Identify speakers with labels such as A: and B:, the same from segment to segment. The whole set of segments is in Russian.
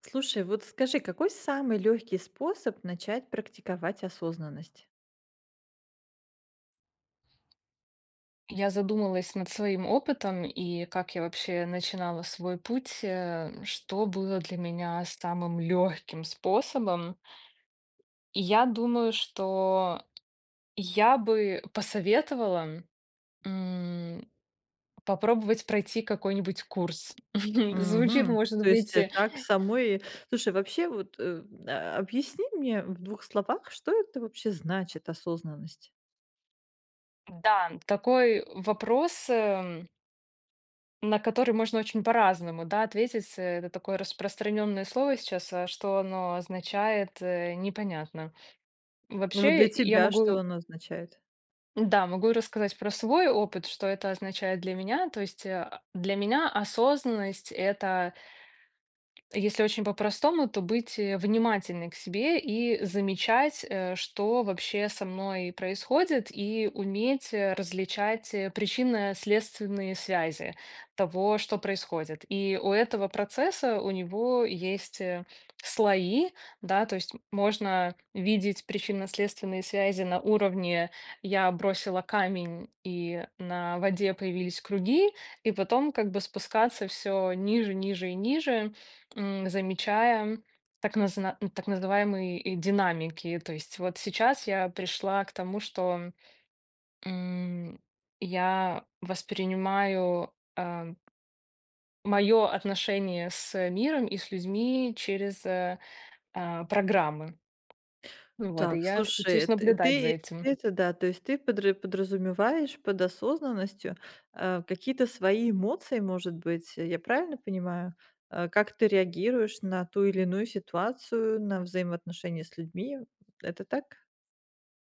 A: Слушай, вот скажи, какой самый легкий способ начать практиковать осознанность?
B: Я задумалась над своим опытом и как я вообще начинала свой путь, что было для меня самым легким способом. И я думаю, что я бы посоветовала м, попробовать пройти какой-нибудь курс. Звучит,
A: Мгм.
B: может
A: То есть
B: быть,
A: так самой... Слушай, вообще вот объясни мне в двух словах, что это вообще значит осознанность?
B: да, такой вопрос, на который можно очень по-разному, да, ответить. Это такое распространенное слово сейчас, а что оно означает, непонятно.
A: Ну вот
B: Вообще,
A: для
B: я
A: тебя что
B: могу,
A: оно означает?
B: да, могу рассказать про свой опыт, что это означает для меня. То есть для меня осознанность это если очень по-простому, то быть внимательной к себе и замечать, что вообще со мной происходит, и уметь различать причинно-следственные связи того, что происходит. И у этого процесса у него есть слои, да, то есть можно видеть причинно-следственные связи на уровне «я бросила камень, и на воде появились круги», и потом как бы спускаться все ниже, ниже и ниже, замечая так называемые, динамики. То есть вот сейчас я пришла к тому, что, м, я воспринимаю, мое отношение с миром и с людьми через, программы. Ну вот, и
A: Так,
B: я с учусь
A: слушай, ты
B: наблюдать за
A: ты
B: этим.
A: это да, то есть ты подры подразумеваешь под осознанностью какие-то свои эмоции, может быть, я правильно понимаю? Э, как ты реагируешь на ту или иную ситуацию, на взаимоотношения с людьми? Это так?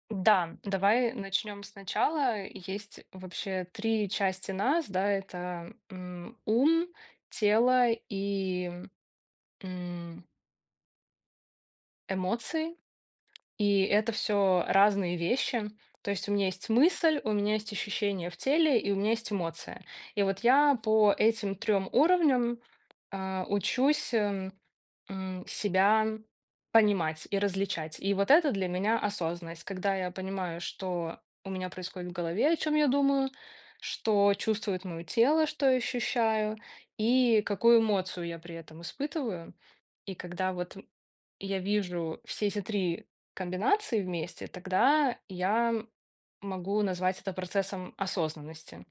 B: Да, давай начнем сначала. Есть вообще 3 части нас, да, это, ум, тело и, м, эмоции. И это все разные вещи. То есть у меня есть мысль, у меня есть ощущение в теле и у меня есть эмоция. И вот я по этим трем уровням, учусь, себя понимать и различать. И вот это для меня осознанность, когда я понимаю, что у меня происходит в голове, о чем я думаю, что чувствует мое тело, что я ощущаю и какую эмоцию я при этом испытываю. И когда вот и я вижу все эти 3 комбинации вместе, тогда я могу назвать это процессом осознанности.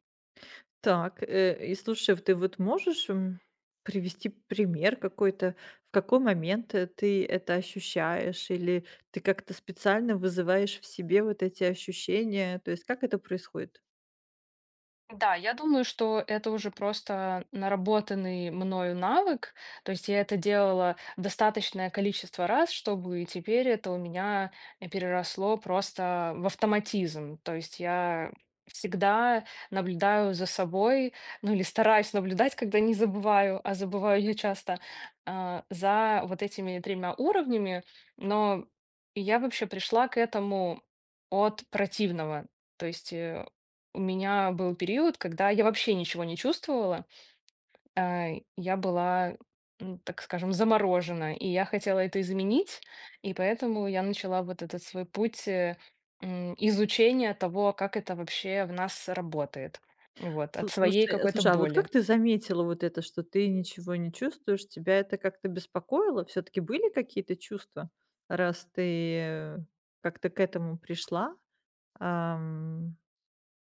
A: Так, э, и слушай, вот ты вот можешь, привести пример какой-то, в какой момент, ты это ощущаешь или ты как-то специально вызываешь в себе вот эти ощущения? То есть как это происходит?
B: Да, я думаю, что это уже просто наработанный мною навык. То есть я это делала достаточное количество раз, чтобы теперь это у меня переросло просто в автоматизм. То есть я всегда наблюдаю за собой, ну или стараюсь наблюдать, когда не забываю, а забываю я часто, за вот этими тремя уровнями. Но я вообще пришла к этому от противного. То есть у меня был период, когда я вообще ничего не чувствовала. А, я была, так скажем, заморожена, и я хотела это изменить, и поэтому я начала вот этот свой путь, изучения того, как это вообще в нас работает. Вот, от своей
A: Слушай,
B: какой-то
A: слушай, а вот
B: боли.
A: как ты заметила вот это, что ты ничего не чувствуешь? Тебя это как-то беспокоило? Все таки были какие-то чувства, раз ты э, как-то к этому пришла? Ам,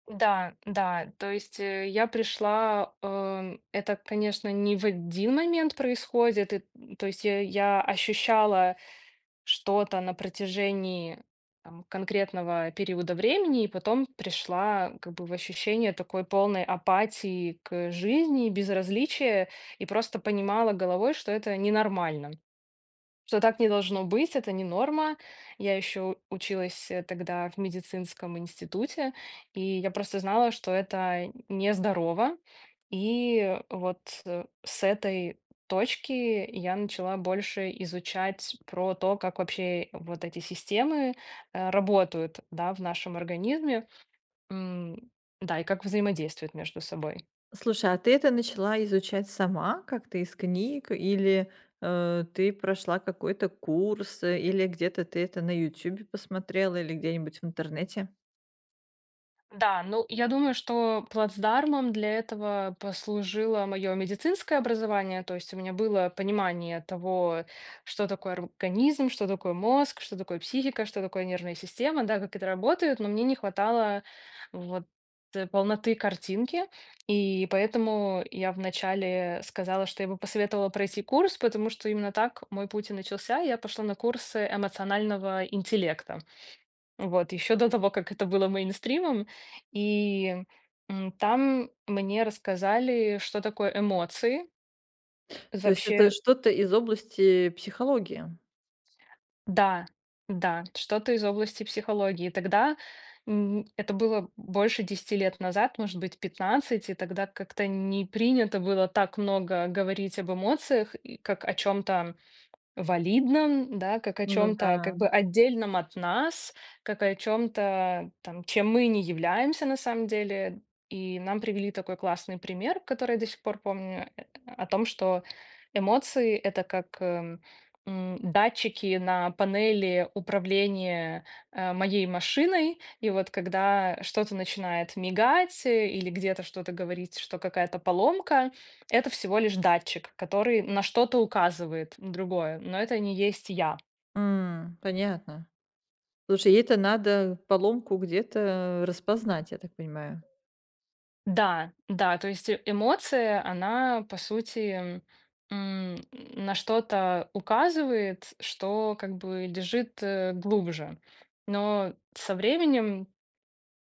B: Да, да, то есть, я пришла, это, конечно, не в один момент происходит, и, то есть я ощущала что-то на протяжении там, конкретного периода времени, и потом пришла как бы в ощущение такой полной апатии к жизни, безразличия, и просто понимала головой, что это ненормально, что так не должно быть, это не норма. Я еще училась тогда в медицинском институте, и я просто знала, что это нездорово. И вот с этой точки я начала больше изучать про то, как вообще вот эти системы работают, да, в нашем организме, М, да, и как взаимодействуют между собой.
A: Слушай, а ты это начала изучать сама как-то из книг или ты прошла какой-то курс, или где-то ты это на "Ютюбе" посмотрела или где-нибудь в интернете?
B: Да, ну, я думаю, что плацдармом для этого послужило мое медицинское образование, то есть у меня было понимание того, что такое организм, что такое мозг, что такое психика, что такое нервная система, да, как это работает, но мне не хватало вот полноты картинки, и поэтому я вначале сказала, что я бы посоветовала пройти курс, потому что именно так мой путь и начался. Я пошла на курсы эмоционального интеллекта. Вот, еще до того, как это было мейнстримом. И, там мне рассказали, что такое эмоции.
A: То есть это
B: Вообще,
A: что-то из области психологии?
B: да, да, что-то из области психологии. Тогда, это было больше 10 лет назад, может быть, 15, и тогда как-то не принято было так много говорить об эмоциях, и как о чем-то валидном, да, как о
A: Ну
B: чем то как
A: да.
B: бы отдельном от нас, как о чем то там, чем мы не являемся на самом деле. И нам привели такой классный пример, который я до сих пор помню, о том, что эмоции- это как, датчики на панели управления, моей машиной. И вот когда что-то начинает мигать, или где-то что-то говорить, что какая-то поломка, это всего лишь датчик, который на что-то указывает, другое, но это не есть я.
A: М, понятно. Слушай, ей-то надо поломку где-то распознать, я так понимаю.
B: Да, да, то есть эмоция, она, по сути, на что-то указывает, что как бы лежит глубже. Но со временем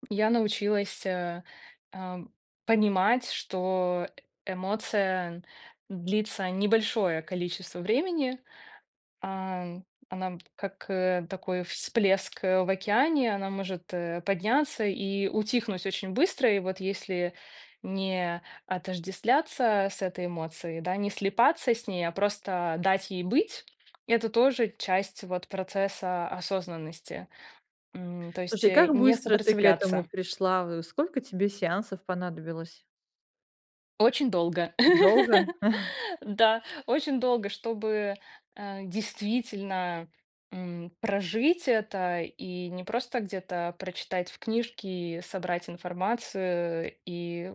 B: я научилась а, понимать, что эмоция длится небольшое количество времени, А, она как, такой всплеск, в океане, она может, подняться и утихнуть очень быстро. И вот если не отождествляться с этой эмоцией, да, не слипаться с ней, а просто дать ей быть, это тоже часть вот процесса осознанности. То есть,
A: Слушай, как
B: не
A: быстро ты к этому
B: сопротивляться.
A: пришла? Э, сколько тебе сеансов понадобилось?
B: Очень долго.
A: Долго?
B: Да, очень долго, чтобы, действительно, прожить это и не просто где-то прочитать в книжке, собрать информацию и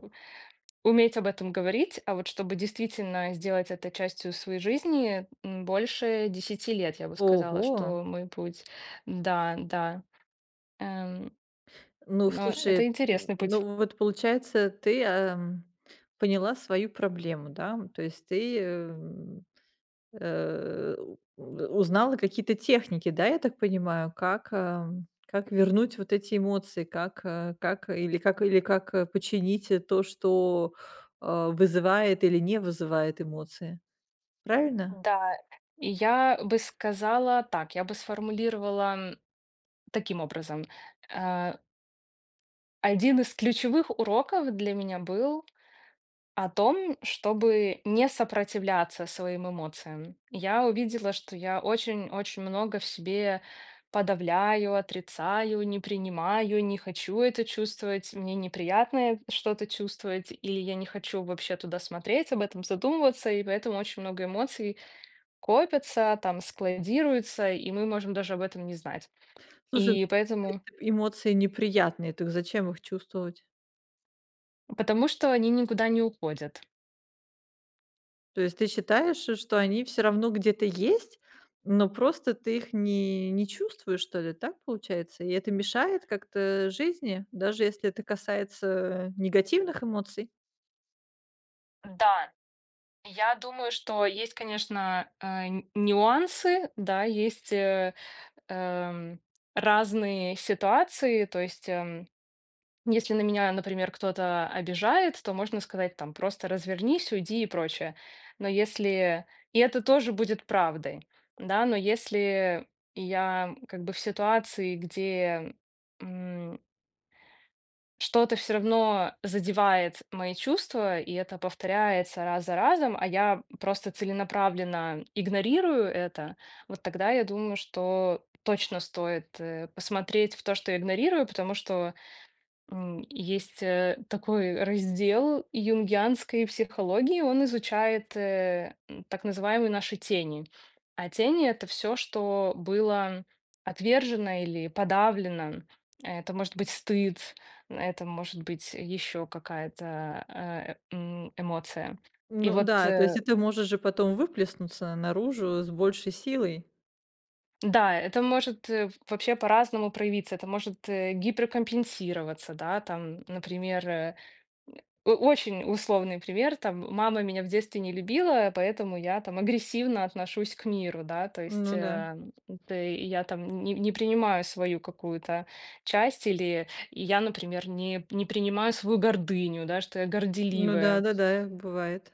B: уметь об этом говорить, а вот чтобы действительно сделать это частью своей жизни, больше 10 лет, я бы сказала,
A: Ого!
B: что мой путь. Да, да. Эм,
A: Ну,
B: но
A: слушай,
B: это
A: н
B: интересный путь.
A: ну, вот получается, ты, поняла свою проблему, да? То есть ты, э, узнала какие-то техники, да, я так понимаю, как вернуть вот эти эмоции, как, э, как или как или как, починить, то, что, вызывает или не вызывает эмоции. Правильно?
B: Да, и я бы сказала так, я бы сформулировала таким образом. Э, Один из ключевых уроков для меня был о том, чтобы не сопротивляться своим эмоциям. Я увидела, что я очень-очень много в себе подавляю, отрицаю, не принимаю, не хочу это чувствовать, мне неприятно что-то чувствовать, или я не хочу вообще туда смотреть, об этом задумываться, и поэтому очень много эмоций копятся, там складируются, и мы можем даже об этом не знать.
A: Слушай, ну,
B: И
A: если
B: поэтому
A: это эмоции неприятные, так зачем их чувствовать?
B: потому что они никуда не уходят.
A: То есть ты считаешь, что они все равно где-то есть, но просто ты их не чувствуешь, что ли? Так получается? И это мешает как-то жизни, даже если это касается, негативных эмоций?
B: Да, я думаю, что есть, конечно, н нюансы, да, есть, эм, разные ситуации, то есть, если на меня, например, кто-то обижает, то можно сказать там просто развернись, уйди и прочее. Но если... И это тоже будет правдой, да, но если я как бы в ситуации, где м, что-то все равно задевает мои чувства, и это повторяется раз за разом, а я просто целенаправленно игнорирую это, вот тогда я думаю, что точно стоит посмотреть в то, что я игнорирую, потому что есть, такой раздел юнгианской психологии, он изучает, так называемые наши тени. А тени- это все, что было отвержено или подавлено. Это может быть стыд, это может быть еще какая-то, эмоция. И
A: Ну
B: вот,
A: да, то есть и ты можешь же потом выплеснуться наружу с большей силой.
B: да, это может, вообще по-разному проявиться. Это может, гиперкомпенсироваться, да, там, например, О очень условный пример, там мама меня в детстве не любила, поэтому я там агрессивно отношусь к миру, да, то есть,
A: Ну да.
B: это я там не принимаю свою какую-то часть или я, например, не принимаю свою гордыню, да, что я
A: Ну да,
B: горделивая.
A: да-да, бывает.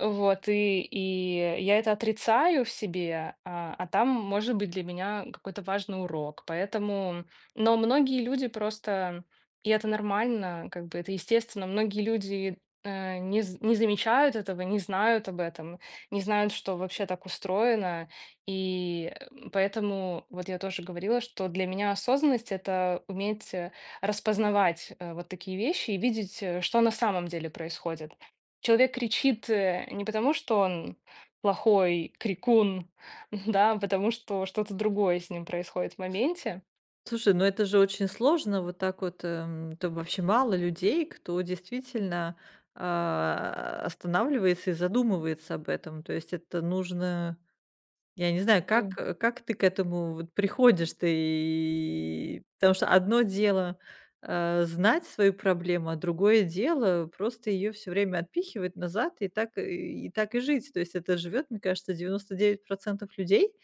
B: Вот, и я это отрицаю в себе, а там может быть для меня какой-то важный урок. Поэтому но многие люди просто и это нормально, как бы это естественно. Многие люди, не замечают этого, не знают об этом, не знают, что вообще так устроено. И, поэтому вот я тоже говорила, что для меня осознанность- это уметь, распознавать, вот такие вещи и видеть, что на самом деле происходит. Человек кричит, не потому, что он плохой крикун, да, а потому что что-то другое с ним происходит в моменте.
A: Слушай, ну это же очень сложно вот так вот, Это вообще мало людей, кто действительно, останавливается и задумывается об этом. То есть это нужно. Я не знаю, как,
B: М.
A: как ты к этому вот приходишь? Ты и Потому что одно дело, знать свою проблему, а другое дело просто ее все время отпихивать назад и так и жить. То есть это живет, мне кажется, 99% людей.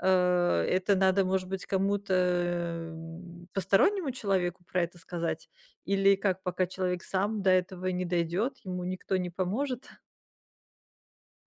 A: Э, это надо, может быть, кому-то, постороннему человеку про это сказать? Или как, пока человек сам до этого не дойдет, ему никто не поможет?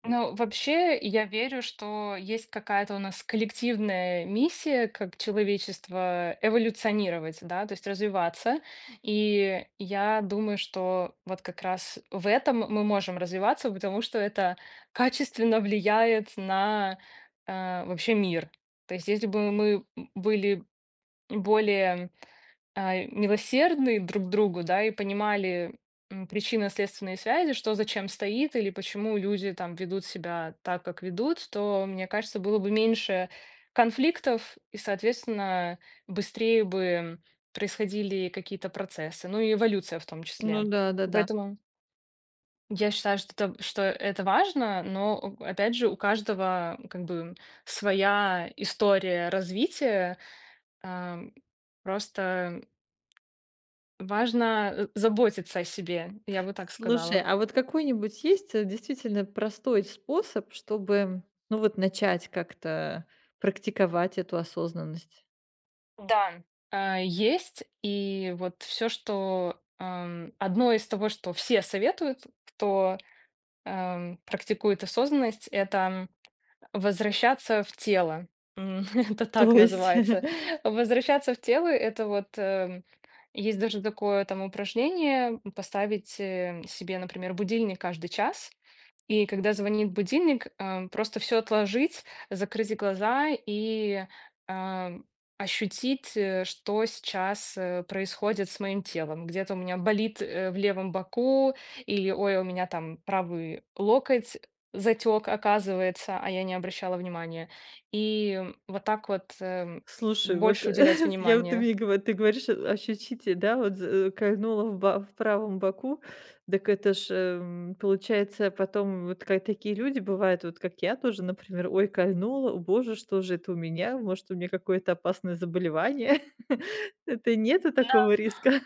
B: Но вообще я верю, что есть какая-то у нас коллективная миссия как человечество эволюционировать, да, то есть развиваться. И я думаю, что вот как раз в этом мы можем развиваться, потому что это качественно влияет на, вообще мир. То есть если бы мы были более, милосердны друг к другу, да, и понимали, причинно-следственные связи, что зачем стоит или почему люди там ведут себя так, как ведут, то, мне кажется, было бы меньше конфликтов и, соответственно, быстрее бы происходили какие-то процессы, ну и эволюция в том
A: Ну
B: числе.
A: да, да-да.
B: Поэтому я считаю, что это важно, но, о опять же, у каждого как бы своя история развития. Ам, просто важно, заботиться о себе, я бы так
A: Слушай,
B: сказала.
A: а вот какой-нибудь есть, действительно простой способ, чтобы, ну, вот начать как-то практиковать эту осознанность?
B: Да, есть. И вот все, что, одно из того, что все советуют, кто, практикует осознанность- это возвращаться в тело. М, это так
A: То есть,
B: называется. Возвращаться в тело- это вот, есть даже такое там упражнение: поставить, себе, например, будильник каждый час, и когда звонит будильник, просто все отложить, закрыть глаза и, эм, ощутить, что сейчас, происходит с моим телом. Где-то у меня болит, в левом боку или, ой, у меня там правый локоть затек, оказывается, а я не обращала внимания. И вот так вот
A: слушай, вот
B: больше уделять
A: я вот ты
B: внимание.
A: мне гово ты говоришь, ощутите, да, вот кольнуло в ба в правом боку. Так это ж, получается, потом вот как такие люди бывают, вот как я тоже, например: "Ой, кольнуло, о боже, что же это у меня? Может, у меня какое-то опасное заболевание?" Это нету такого риска?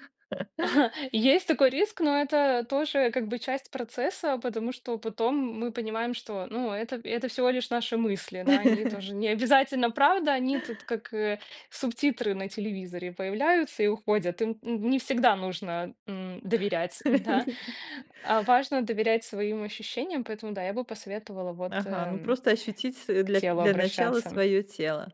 B: Есть такой риск, но это тоже как бы часть процесса, потому что потом мы понимаем, что, ну, это всего лишь наши мысли, да, они тоже не обязательно правда, они тут как субтитры на телевизоре появляются и уходят. Им не всегда нужно доверять, да. А важно доверять своим ощущениям, поэтому, да, я бы посоветовала вот
A: Ага, ну просто ощутить
B: к
A: для
B: телу
A: начала
B: обращаться.
A: свое тело.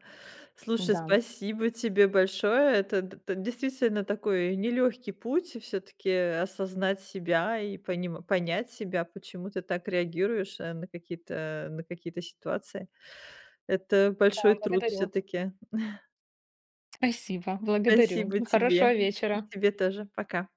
A: Слушай,
B: Да,
A: спасибо тебе большое. Это д т действительно такой нелегкий путь все таки осознать себя и понима понять себя, почему ты так реагируешь, на какие-то ситуации. Это
B: да,
A: большой труд все
B: благодарю.
A: таки.
B: Спасибо, благодарю.
A: Спасибо
B: Хорошего
A: тебе. И
B: вечера.
A: тебе тоже. Пока.